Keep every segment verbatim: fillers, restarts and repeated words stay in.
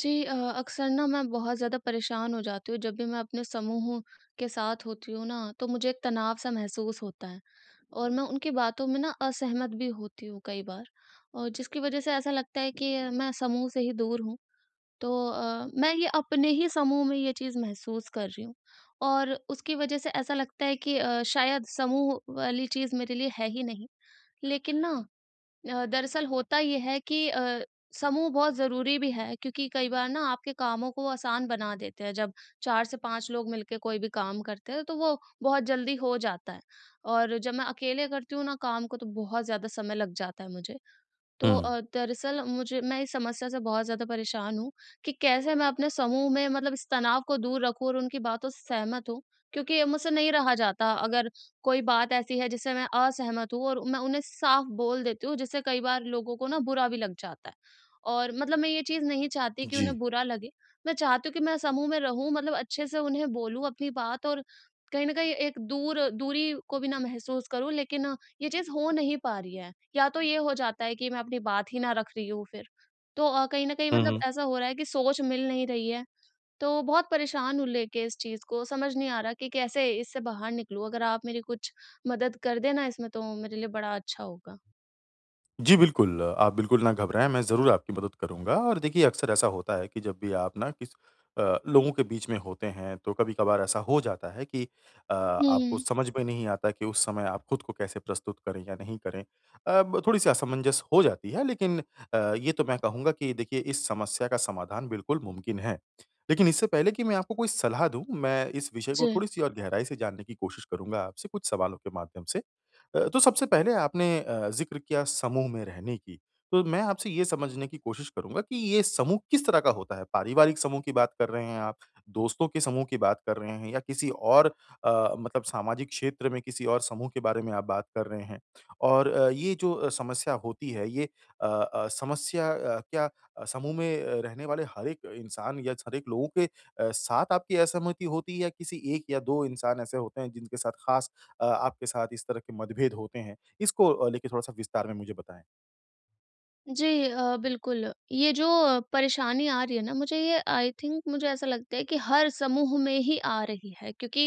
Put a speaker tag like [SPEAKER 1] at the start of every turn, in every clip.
[SPEAKER 1] जी, अ, अक्सर ना मैं बहुत ज़्यादा परेशान हो जाती हूँ जब भी मैं अपने समूह के साथ होती हूँ ना, तो मुझे एक तनाव सा महसूस होता है, और मैं उनकी बातों में ना असहमत भी होती हूँ कई बार, और जिसकी वजह से ऐसा लगता है कि मैं समूह से ही दूर हूँ। तो अ, मैं ये अपने ही समूह में ये चीज़ महसूस कर रही हूँ, और उसकी वजह से ऐसा लगता है कि अ, शायद समूह वाली चीज़ मेरे लिए है ही नहीं। लेकिन ना, अ, दरअसल होता ये है कि अ, समूह बहुत ज़रूरी भी है, क्योंकि कई बार ना आपके कामों को आसान बना देते हैं। जब चार से पाँच लोग मिलके कोई भी काम करते हैं, तो वो बहुत जल्दी हो जाता है, और जब मैं अकेले करती हूँ ना काम को, तो बहुत ज़्यादा समय लग जाता है मुझे।
[SPEAKER 2] हुँ।
[SPEAKER 1] तो अ, दरअसल मुझे मैं इस समस्या से बहुत ज़्यादा परेशान हूँ कि कैसे मैं अपने समूह में मतलब इस तनाव को दूर रखूँ और उनकी बातों से सहमत हूँ, क्योंकि ये मुझसे नहीं रहा जाता। अगर कोई बात ऐसी है जिससे मैं असहमत हूँ, और मैं उन्हें साफ बोल देती हूँ, जिससे कई बार लोगों को ना बुरा भी लग जाता है। और मतलब मैं ये चीज़ नहीं चाहती कि
[SPEAKER 2] जी।
[SPEAKER 1] उन्हें बुरा लगे। मैं चाहती हूँ कि मैं समूह में रहूँ, मतलब अच्छे से उन्हें बोलूँ अपनी बात, और कहीं ना कहीं एक दूर दूरी को भी ना महसूस करूँ, लेकिन अ, ये चीज़ हो नहीं पा रही है। या तो ये हो जाता है कि मैं अपनी बात ही ना रख रही हूँ फिर। तो अ, कहीं न कहीं
[SPEAKER 2] हुँ,
[SPEAKER 1] मतलब
[SPEAKER 2] हुँ।
[SPEAKER 1] ऐसा हो रहा है कि सोच मिल नहीं रही है। तो बहुत परेशान हूँ लेके इस चीज़ को, समझ नहीं आ रहा कि कैसे इससे बाहर निकलूँ? अगर आप मेरी कुछ मदद कर दें ना इसमें, तो मेरे लिए बड़ा अच्छा होगा।
[SPEAKER 2] जी, बिल्कुल। आप बिल्कुल ना घबराएँ, मैं ज़रूर आपकी मदद करूँगा और देखिए अक्सर ऐसा होता है कि जब भी आप ना किस अ, लोगों के बीच में होते हैं तो कभी-कभार ऐसा हो जाता है कि अ, आपको
[SPEAKER 1] हुँ।
[SPEAKER 2] समझ में नहीं आता कि उस समय आप खुद को कैसे प्रस्तुत करें या नहीं करें। अ, ब थोड़ी-सी असमंजस हो जाती है लेकिन अ, ये तो मैं कहूँगा कि देखिए इस समस्या का समाधान बिल्कुल मुमकिन है। लेकिन इससे पहले कि मैं आपको कोई सलाह दूँ, मैं इस विषय को
[SPEAKER 1] जी।
[SPEAKER 2] थोड़ी-सी और गहराई से जानने की कोशिश करूँगा आपसे कुछ सवालों के माध्यम से। अ, तो सबसे पहले आपने अ, ज़िक्र किया समूह में रहने की, तो मैं आपसे ये समझने की कोशिश करूँगा कि ये समूह किस तरह का होता है? पारिवारिक समूह की बात कर रहे हैं आप, दोस्तों के समूह की बात कर रहे हैं या किसी और अ, मतलब सामाजिक क्षेत्र में किसी और समूह के बारे में आप बात कर रहे हैं? और अ, ये जो अ, समस्या होती है ये अ अ, समस्या अ, क्या अ, समूह में अ, रहने वाले हर एक इंसान या हर एक लोगों के अ, साथ आपकी असहमति होती है या किसी एक या दो इंसान ऐसे होते हैं जिनके साथ ख़ास अ, आपके साथ इस तरह के मतभेद होते हैं? इसको अ, लेके थोड़ा-सा विस्तार में मुझे बताएँ।
[SPEAKER 1] जी, अ, बिल्कुल। ये जो परेशानी आ रही है ना मुझे, ये आई थिंक, मुझे ऐसा लगता है कि हर समूह में ही आ रही है, क्योंकि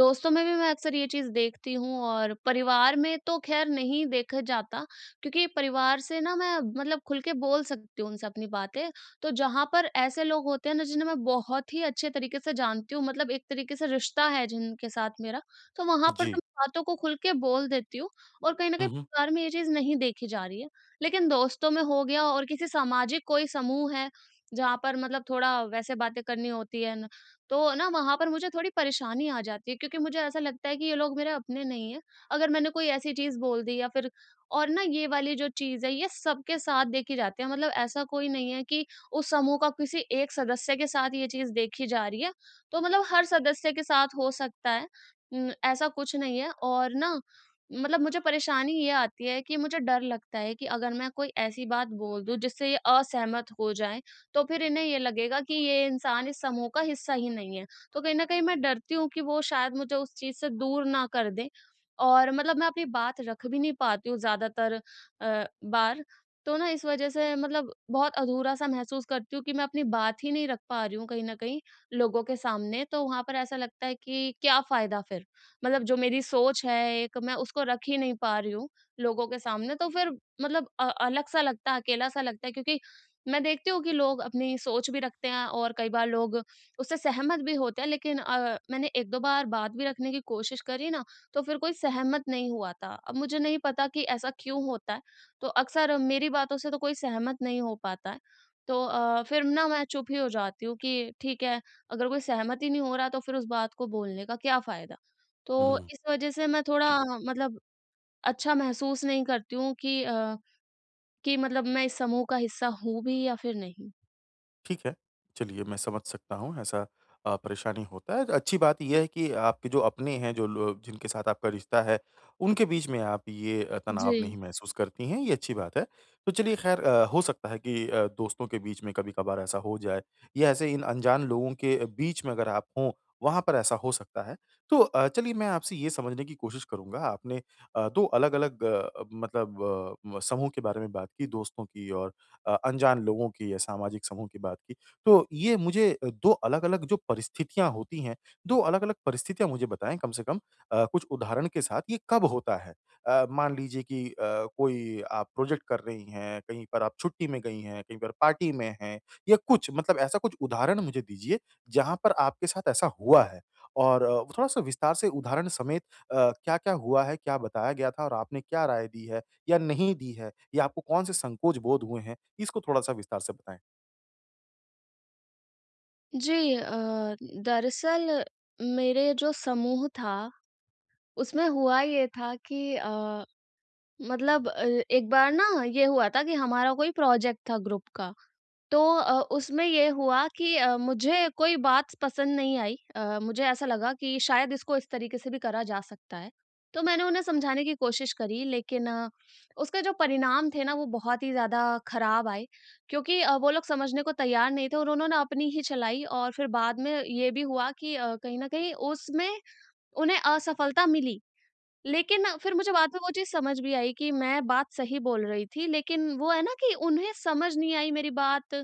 [SPEAKER 1] दोस्तों में भी मैं अक्सर ये चीज़ देखती हूँ, और परिवार में तो ख़ैर नहीं देखा जाता, क्योंकि परिवार से ना मैं, मतलब खुल के बोल सकती हूँ उनसे अपनी बातें। तो जहाँ पर ऐसे लोग होते हैं ना, जिन्हें मैं बहुत ही अच्छे तरीके से जानती हूँ, मतलब एक तरीके से रिश्ता है जिनके साथ मेरा, तो वहाँ पर तो
[SPEAKER 2] जी।
[SPEAKER 1] मैं बातों को खुल के बोल देती हूँ, और कहीं न कहीं
[SPEAKER 2] हुँ, हुँ।
[SPEAKER 1] परिवार में ये चीज़ नहीं देखी जा रही है। लेकिन दोस्तों में हो गया, और किसी सामाजिक कोई समूह है, जहाँ पर मतलब थोड़ा वैसे बातें करनी होती है ना, तो ना वहाँ पर मुझे थोड़ी परेशानी आ जाती है, क्योंकि मुझे ऐसा लगता है कि ये लोग मेरे अपने नहीं हैं। अगर मैंने कोई ऐसी चीज़ बोल दी या फिर, और ना, ये वाली जो चीज़ है ये सबके साथ देखी जाती है, मतलब ऐसा कोई नहीं है कि उस समूह का किसी एक सदस्य के साथ ये चीज़ देखी जा रही है, तो मतलब हर सदस्य के साथ हो सकता है। उम, ऐसा कुछ नहीं है, और ना, मतलब मुझे परेशानी ये आती है कि मुझे डर लगता है कि अगर मैं कोई ऐसी बात बोल दूँ जिससे ये असहमत हो जाएँ, तो फिर इन्हें ये लगेगा कि ये इंसान इस समूह का हिस्सा ही नहीं है। तो कहीं न कहीं मैं डरती हूँ कि वो शायद मुझे उस चीज़ से दूर ना कर दें, और मतलब मैं अपनी बात रख भी नहीं पाती हूँ ज़्यादातर अ, बार। तो ना इस वज़ह से मतलब बहुत अधूरा-सा महसूस करती हूँ कि मैं अपनी बात ही नहीं रख पा रही हूँ कहीं न कहीं लोगों के सामने, तो वहाँ पर ऐसा लगता है कि क्या फ़ायदा फिर? मतलब जो मेरी सोच है, एक मैं उसको रख ही नहीं पा रही हूँ लोगों के सामने, तो फिर मतलब अ, अलग-सा लगता है, अकेला-सा लगता है, क्योंकि मैं देखती हूँ कि लोग अपनी सोच भी रखते हैं, और कई बार लोग उससे सहमत भी होते हैं, लेकिन अ, मैंने एक दो बार बात भी रखने की कोशिश करी ना, तो फिर कोई सहमत नहीं हुआ था। अब मुझे नहीं पता कि ऐसा क्यों होता है? तो अक्सर मेरी बातों से तो कोई सहमत नहीं हो पाता है। तो अ, फिर ना मैं चुप ही हो जाती हूँ कि ठीक है, अगर कोई सहमत ही नहीं हो रहा तो फिर उस बात को बोलने का क्या फ़ायदा? तो
[SPEAKER 2] हुँ।
[SPEAKER 1] इस वजह से मैं थोड़ा, मतलब अच्छा महसूस नहीं करती हूँ कि अ, कि मतलब मैं इस समूह का हिस्सा हूँ भी या फिर नहीं।
[SPEAKER 2] ठीक है। चलिए मैं समझ सकता हूँ ऐसा अ, परेशानी होता है। अच्छी बात ये है कि आपके जो अपने हैं जो लो जिनके साथ आपका रिश्ता है, उनके बीच में आप ये अ,
[SPEAKER 1] जी।
[SPEAKER 2] तनाव नहीं महसूस करती हैं, ये अच्छी बात है। तो चलिए ख़ैर अ, हो सकता है कि अ, दोस्तों के बीच में कभी-कभार ऐसा हो जाए या ऐसे इन अनजान लोगों के बीच में अगर आप हों, वहाँ पर ऐसा हो सकता है। तो अ, चलिए मैं आपसे ये समझने की कोशिश करूँगा आपने अ, दो अलग-अलग अ, मतलब अ, समूह के बारे में बात की दोस्तों की और अ, अनजान लोगों की या सामाजिक समूह की बात की। तो ये मुझे अ, दो अलग-अलग जो परिस्थितियाँ होती हैं, दो अलग-अलग परिस्थितियाँ मुझे बताएँ कम से कम अ, कुछ उदाहरण के साथ ये कब होता है? अ, मान लीजिए कि अ, कोई आप प्रोजेक्ट कर रही हैं, कहीं पर आप छुट्टी में गई हैं, कहीं पर पार्टी में हैं या कुछ मतलब ऐसा कुछ उदाहरण मुझे दीजिए, जहाँ पर आपके साथ ऐसा हुआ है? और अ, थोड़ा-सा विस्तार से उदाहरण समेत अ, क्या-क्या हुआ है, क्या बताया गया था और आपने क्या राय दी है? या नहीं दी है? या आपको कौन से संकोच बोध हुए हैं? इसको थोड़ा-सा विस्तार से बताएँ।
[SPEAKER 1] जी, अ, दरअसल मेरे जो समूह था, उसमें हुआ ये था कि अ, मतलब अ, एक बार ना ये हुआ था कि हमारा कोई प्रोजेक्ट था ग्रुप का। तो अ, उसमें ये हुआ कि अ, मुझे कोई बात पसंद नहीं आई। अ, मुझे ऐसा लगा कि शायद इसको इस तरीके से भी करा जा सकता है। तो मैंने उन्हें समझाने की कोशिश करी, लेकिन अ, उसके जो परिणाम थे ना, वो बहुत ही ज़्यादा खराब आए, क्योंकि अ, वो लोग समझने को तैयार नहीं थे और उन्होंने अपनी ही चलाई, और फिर बाद में ये भी हुआ कि अ, कहीं न कहीं उसमें उन्हें असफलता मिली। लेकिन ना फिर मुझे बाद में वो चीज़ समझ भी आई कि मैं बात सही बोल रही थी, लेकिन वो है ना कि उन्हें समझ नहीं आई मेरी बात,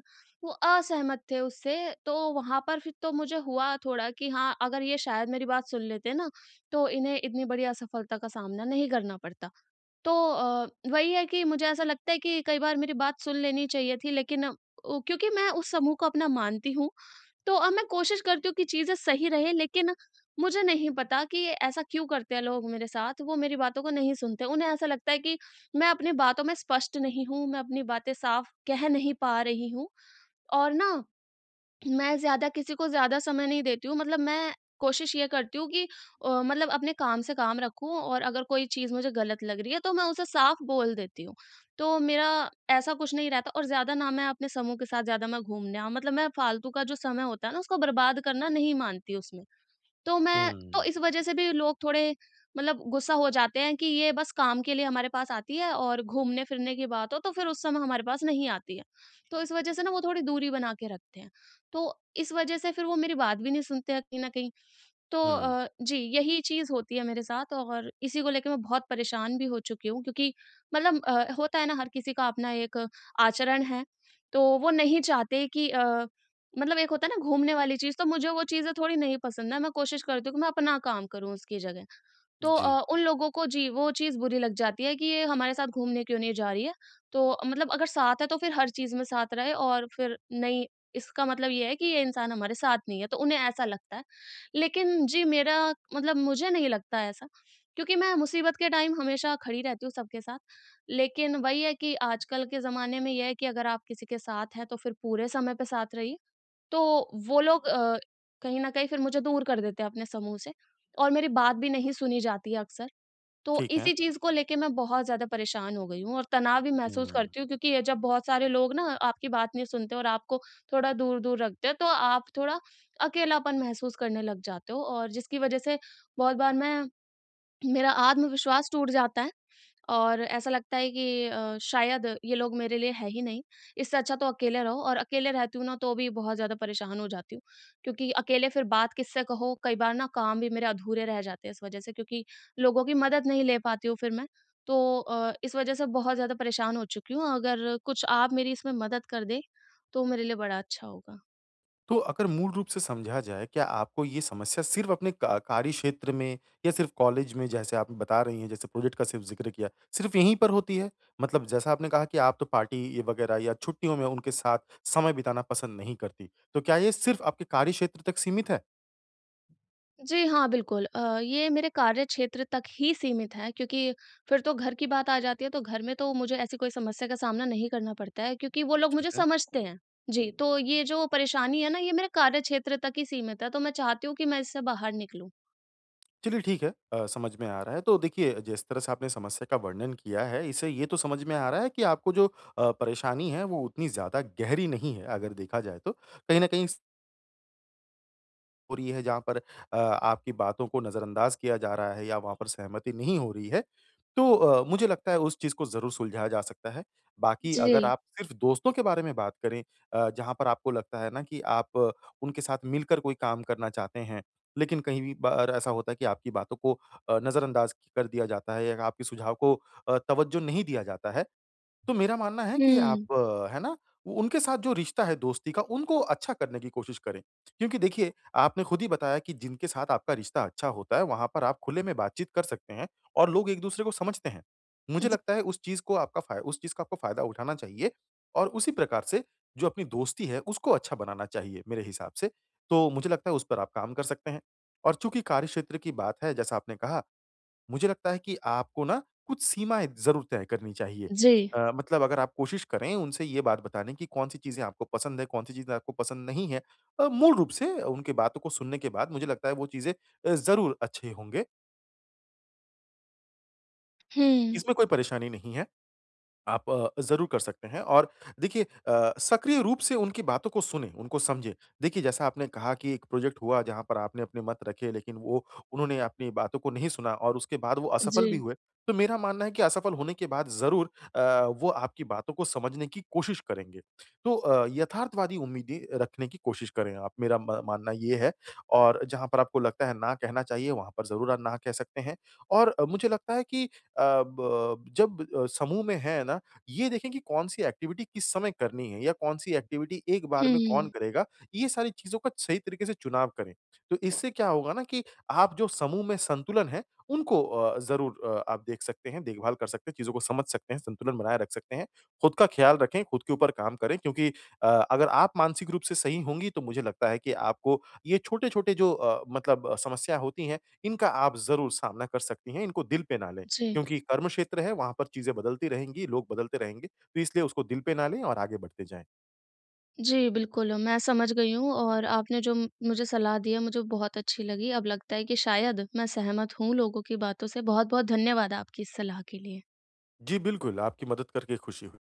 [SPEAKER 1] वो असहमत थे उससे, तो वहाँ पर फिर तो मुझे हुआ थोड़ा कि हाँ, अगर ये शायद मेरी बात सुन लेते ना, तो इन्हें इतनी बड़ी असफलता का सामना नहीं करना पड़ता। तो अ, वही है कि मुझे ऐसा लगता है कि कई बार मेरी बात सुन लेनी चाहिए थी, लेकिन अ, ओ क्योंकि मैं उस समूह को अपना मानती हूँ, तो अब मैं कोशिश करती हूँ कि चीज़ें सही रहें, लेकिन मुझे नहीं पता कि ऐसा क्यों करते हैं लोग मेरे साथ, वो मेरी बातों को नहीं सुनते। उन्हें ऐसा लगता है कि मैं अपनी बातों में स्पष्ट नहीं हूँ, मैं अपनी बातें साफ कह नहीं पा रही हूँ, और ना मैं ज़्यादा किसी को ज़्यादा समय नहीं देती हूँ, मतलब मैं कोशिश ये करती हूँ कि अ, मतलब अपने काम से काम रखूँ, और अगर कोई चीज़ मुझे गलत लग रही है तो मैं उसे साफ बोल देती हूँ। तो मेरा ऐसा कुछ नहीं रहता, और ज़्यादा ना मैं अपने समूह के साथ ज़्यादा मैं घूमने आऊँ, मतलब मैं फालतू का जो समय होता है ना उसको बर्बाद करना नहीं मानती उसमें। तो मैं तो,
[SPEAKER 2] हुँ,
[SPEAKER 1] इस वजह से भी लोग थोड़े मतलब गुस्सा हो जाते हैं कि ये बस काम के लिए हमारे पास आती है, और घूमने-फिरने की बात हो तो फिर उस समय हमारे पास नहीं आती है। तो इस वजह से ना वो थोड़ी दूरी बना के रखते हैं। तो इस वजह से फिर वो मेरी बात भी नहीं सुनते हैं कहीं न कहीं। तो
[SPEAKER 2] हुँ।
[SPEAKER 1] अ, जी, यही चीज़ होती है मेरे साथ, और इसी को लेके मैं बहुत परेशान भी हो चुकी हूँ, क्योंकि मतलब अ, होता है ना, हर किसी का अपना एक आचरण है, तो वो नहीं चाहते कि अ, मतलब एक होता है ना घूमने वाली चीज़, तो मुझे वो चीज़ें थोड़ी नहीं पसंद है, मैं कोशिश करती हूँ कि मैं अपना काम करूँ उसकी जगह। तो
[SPEAKER 2] जी।
[SPEAKER 1] अ, उन लोगों को जी, वो चीज़ बुरी लग जाती है कि ये हमारे साथ घूमने क्यों नहीं जा रही है। तो मतलब अगर साथ है तो फिर हर चीज़ में साथ रहे, और फिर नहीं, इसका मतलब ये है कि ये इंसान हमारे साथ नहीं है, तो उन्हें ऐसा लगता है। लेकिन जी, मेरा मतलब मुझे नहीं लगता ऐसा, क्योंकि मैं मुसीबत के टाइम हमेशा खड़ी रहती हूँ सबके साथ। लेकिन वही है कि आजकल के ज़माने में ये है कि अगर आप किसी के साथ हैं तो फिर पूरे समय पे साथ रहिए। तो वो लोग अ, कहीं न कहीं फिर मुझे दूर कर देते हैं अपने समूह से, और मेरी बात भी नहीं सुनी जाती है अक्सर। तो
[SPEAKER 2] ठीक है।
[SPEAKER 1] इसी चीज़ को लेके मैं बहुत ज़्यादा परेशान हो गई हूँ, और तनाव भी महसूस
[SPEAKER 2] हुँ।
[SPEAKER 1] करती हूँ, क्योंकि ये जब बहुत सारे लोग ना आपकी बात नहीं सुनते और आपको थोड़ा दूर-दूर रखते हैं, तो आप थोड़ा अकेलापन महसूस करने लग जाते हो, और जिसकी वज़ह से बहुत बार मैं मेरा आत्मविश्वास टूट जाता है। और ऐसा लगता है कि अ, शायद ये लोग मेरे लिए है ही नहीं, इससे अच्छा तो अकेले रहो, और अकेले रहती हूँ ना तो भी बहुत ज़्यादा परेशान हो जाती हूँ। क्योंकि अकेले फिर बात किससे कहो, कई बार ना काम भी मेरे अधूरे रह जाते हैं इस वज़ह से, क्योंकि लोगों की मदद नहीं ले पाती हूँ फिर मैं। तो अ, इस वज़ह से बहुत ज़्यादा परेशान हो चुकी हूँ, अगर कुछ आप मेरी इसमें मदद कर दें, तो मेरे लिए बड़ा अच्छा होगा।
[SPEAKER 2] तो अगर मूल रूप से समझा जाए, क्या आपको ये समस्या सिर्फ़ अपने का कार्य क्षेत्र में या सिर्फ़ कॉलेज में जैसे आप बता रही हैं, जैसे प्रोजेक्ट का सिर्फ़ ज़िक्र किया, सिर्फ़ यहीं पर होती है? मतलब जैसा आपने कहा कि आप तो पार्टी ये वगैरह या छुट्टियों में उनके साथ समय बिताना पसंद नहीं करती। तो क्या ये सिर्फ़ आपके कार्य क्षेत्र तक सीमित है?
[SPEAKER 1] जी हाँ, बिल्कुल। अ, ये मेरे कार्यक्षेत्र तक ही सीमित है, क्योंकि फिर तो घर की बात आ जाती है, तो घर में तो मुझे ऐसी कोई समस्या का सामना नहीं करना पड़ता है, क्योंकि वो लोग
[SPEAKER 2] ठीक
[SPEAKER 1] मुझे
[SPEAKER 2] है।
[SPEAKER 1] समझते हैं। जी, तो ये जो परेशानी है ना, ये मेरे कार्यक्षेत्र तक ही सीमित है, तो मैं चाहती हूँ कि मैं इससे बाहर निकलूँ।
[SPEAKER 2] चलिए ठीक है अ, समझ में आ रहा है। तो देखिए जिस तरह से आपने समस्या का वर्णन किया है इससे ये तो समझ में आ रहा है कि आपको जो अ, परेशानी है वो उतनी ज़्यादा गहरी नहीं है अगर देखा जाए तो। कहीं न कहीं हो रही है, जहाँ पर अ, आपकी बातों को नज़रअंदाज किया जा रहा है या वहाँ पर सहमति नहीं हो रही है, तो अ, मुझे लगता है उस चीज़ को ज़रूर सुलझाया जा सकता है। बाकी अगर
[SPEAKER 1] जी।
[SPEAKER 2] आप सिर्फ़ दोस्तों के बारे में बात करें अ, जहाँ पर आपको लगता है ना कि आप अ, उनके साथ मिलकर कोई काम करना चाहते हैं, लेकिन कहीं भी बार ऐसा होता है कि आपकी बातों को अ, नज़रअंदाज कर दिया जाता है या आपके सुझाव को अ, तवज्जो नहीं दिया जाता है। तो मेरा मानना है कि
[SPEAKER 1] हुँ।
[SPEAKER 2] आप अ, है ना? वो उनके साथ जो रिश्ता है दोस्ती का उनको अच्छा करने की कोशिश करें। क्योंकि देखिए आपने खुद ही बताया कि जिनके साथ आपका रिश्ता अच्छा होता है वहाँ पर आप खुले में बातचीत कर सकते हैं और लोग एक-दूसरे को समझते हैं। मुझे
[SPEAKER 1] ज
[SPEAKER 2] लगता है उस चीज़ को आपका फ़ाय उस चीज़ का आपको फ़ायदा उठाना चाहिए और उसी प्रकार से जो अपनी दोस्ती है उसको अच्छा बनाना चाहिए मेरे हिसाब से। तो मुझे लगता है उस पर आप काम कर सकते हैं। और चूँकि कार्यक्षेत्र की बात है जैसा आपने कहा मुझे लगता है कि आपको ना कुछ सीमाएँ ज़रूर तय करनी चाहिए।
[SPEAKER 1] जी।
[SPEAKER 2] अ, मतलब अगर आप कोशिश करें उनसे ये बात बताने की कौन-सी चीज़ें आपको पसंद है, कौन-सी चीज़ें आपको पसंद नहीं है। अ, मूल रूप से उनकी बातों को सुनने के बाद मुझे लगता है वो चीज़ें अ, ज़रूर अच्छे होंगे।
[SPEAKER 1] हुँ।
[SPEAKER 2] इसमें कोई परेशानी नहीं है। आप अ, ज़रूर कर सकते हैं और देखिए अ, सक्रिय रूप से उनकी बातों को सुनें, उनको समझें। देखिए जैसा आपने कहा कि एक प्रोजेक्ट हुआ जहाँ पर आपने अपने मत रखे लेकिन वो उन्होंने अपनी बातों को नहीं सुना और उसके बाद वो
[SPEAKER 1] जी।
[SPEAKER 2] असफल भी हुए। तो मेरा मानना है कि असफल होने के बाद ज़रूर अ, वो आपकी बातों को समझने की कोशिश करेंगे। तो अ, यथार्थवादी उम्मीदें रखने की कोशिश करें आप, मेरा म मानना ये है और जहाँ पर आपको लगता है ना कहना चाहिए, वहाँ पर ज़रूर आप ना कह सकते हैं और अ, मुझे लगता है कि अ, ब जब अ, समूह में हैं ना, ये देखें कि कौन-सी एक्टिविटी किस समय करनी है या कौन-सी एक्टिविटी एक बार में कौन
[SPEAKER 1] हुँ,
[SPEAKER 2] करेगा, ये सारी चीज़ों का सही तरीके से चुनाव करें। तो इससे क्या होगा ना कि आप जो समूह में संतुलन है, उनको अ, ज़रूर अ, आप देख सकते हैं, देखभाल कर सकते हैं, चीज़ों को समझ सकते हैं, संतुलन बनाए रख सकते हैं। खुद का ख्याल रखें, खुद के ऊपर काम करें क्योंकि अ, अगर आप मानसिक रूप से सही होंगी, तो मुझे लगता है कि आपको ये छोटे-छोटे जो अ, मतलब अ, समस्या होती हैं, इनका आप ज़रूर सामना कर सकती हैं, इनको दिल पे ना लें।
[SPEAKER 1] जी।
[SPEAKER 2] क्योंकि कर्म क्षेत्र है, वहाँ पर चीज़ें बदलती रहेंगी, लोग बदलते रहेंगे, तो इसलिए उसको दिल पे ना लें और आगे बढ़ते जाएँ।
[SPEAKER 1] जी, बिल्कुल, मैं समझ गई हूँ, और आपने जो म- मुझे सलाह दी है, मुझे बहुत अच्छी लगी। अब लगता है कि शायद मैं सहमत हूँ लोगों की बातों से। बहुत-बहुत धन्यवाद आपकी इस सलाह के लिए।
[SPEAKER 2] जी, बिल्कुल, आपकी मदद करके खुशी हुई।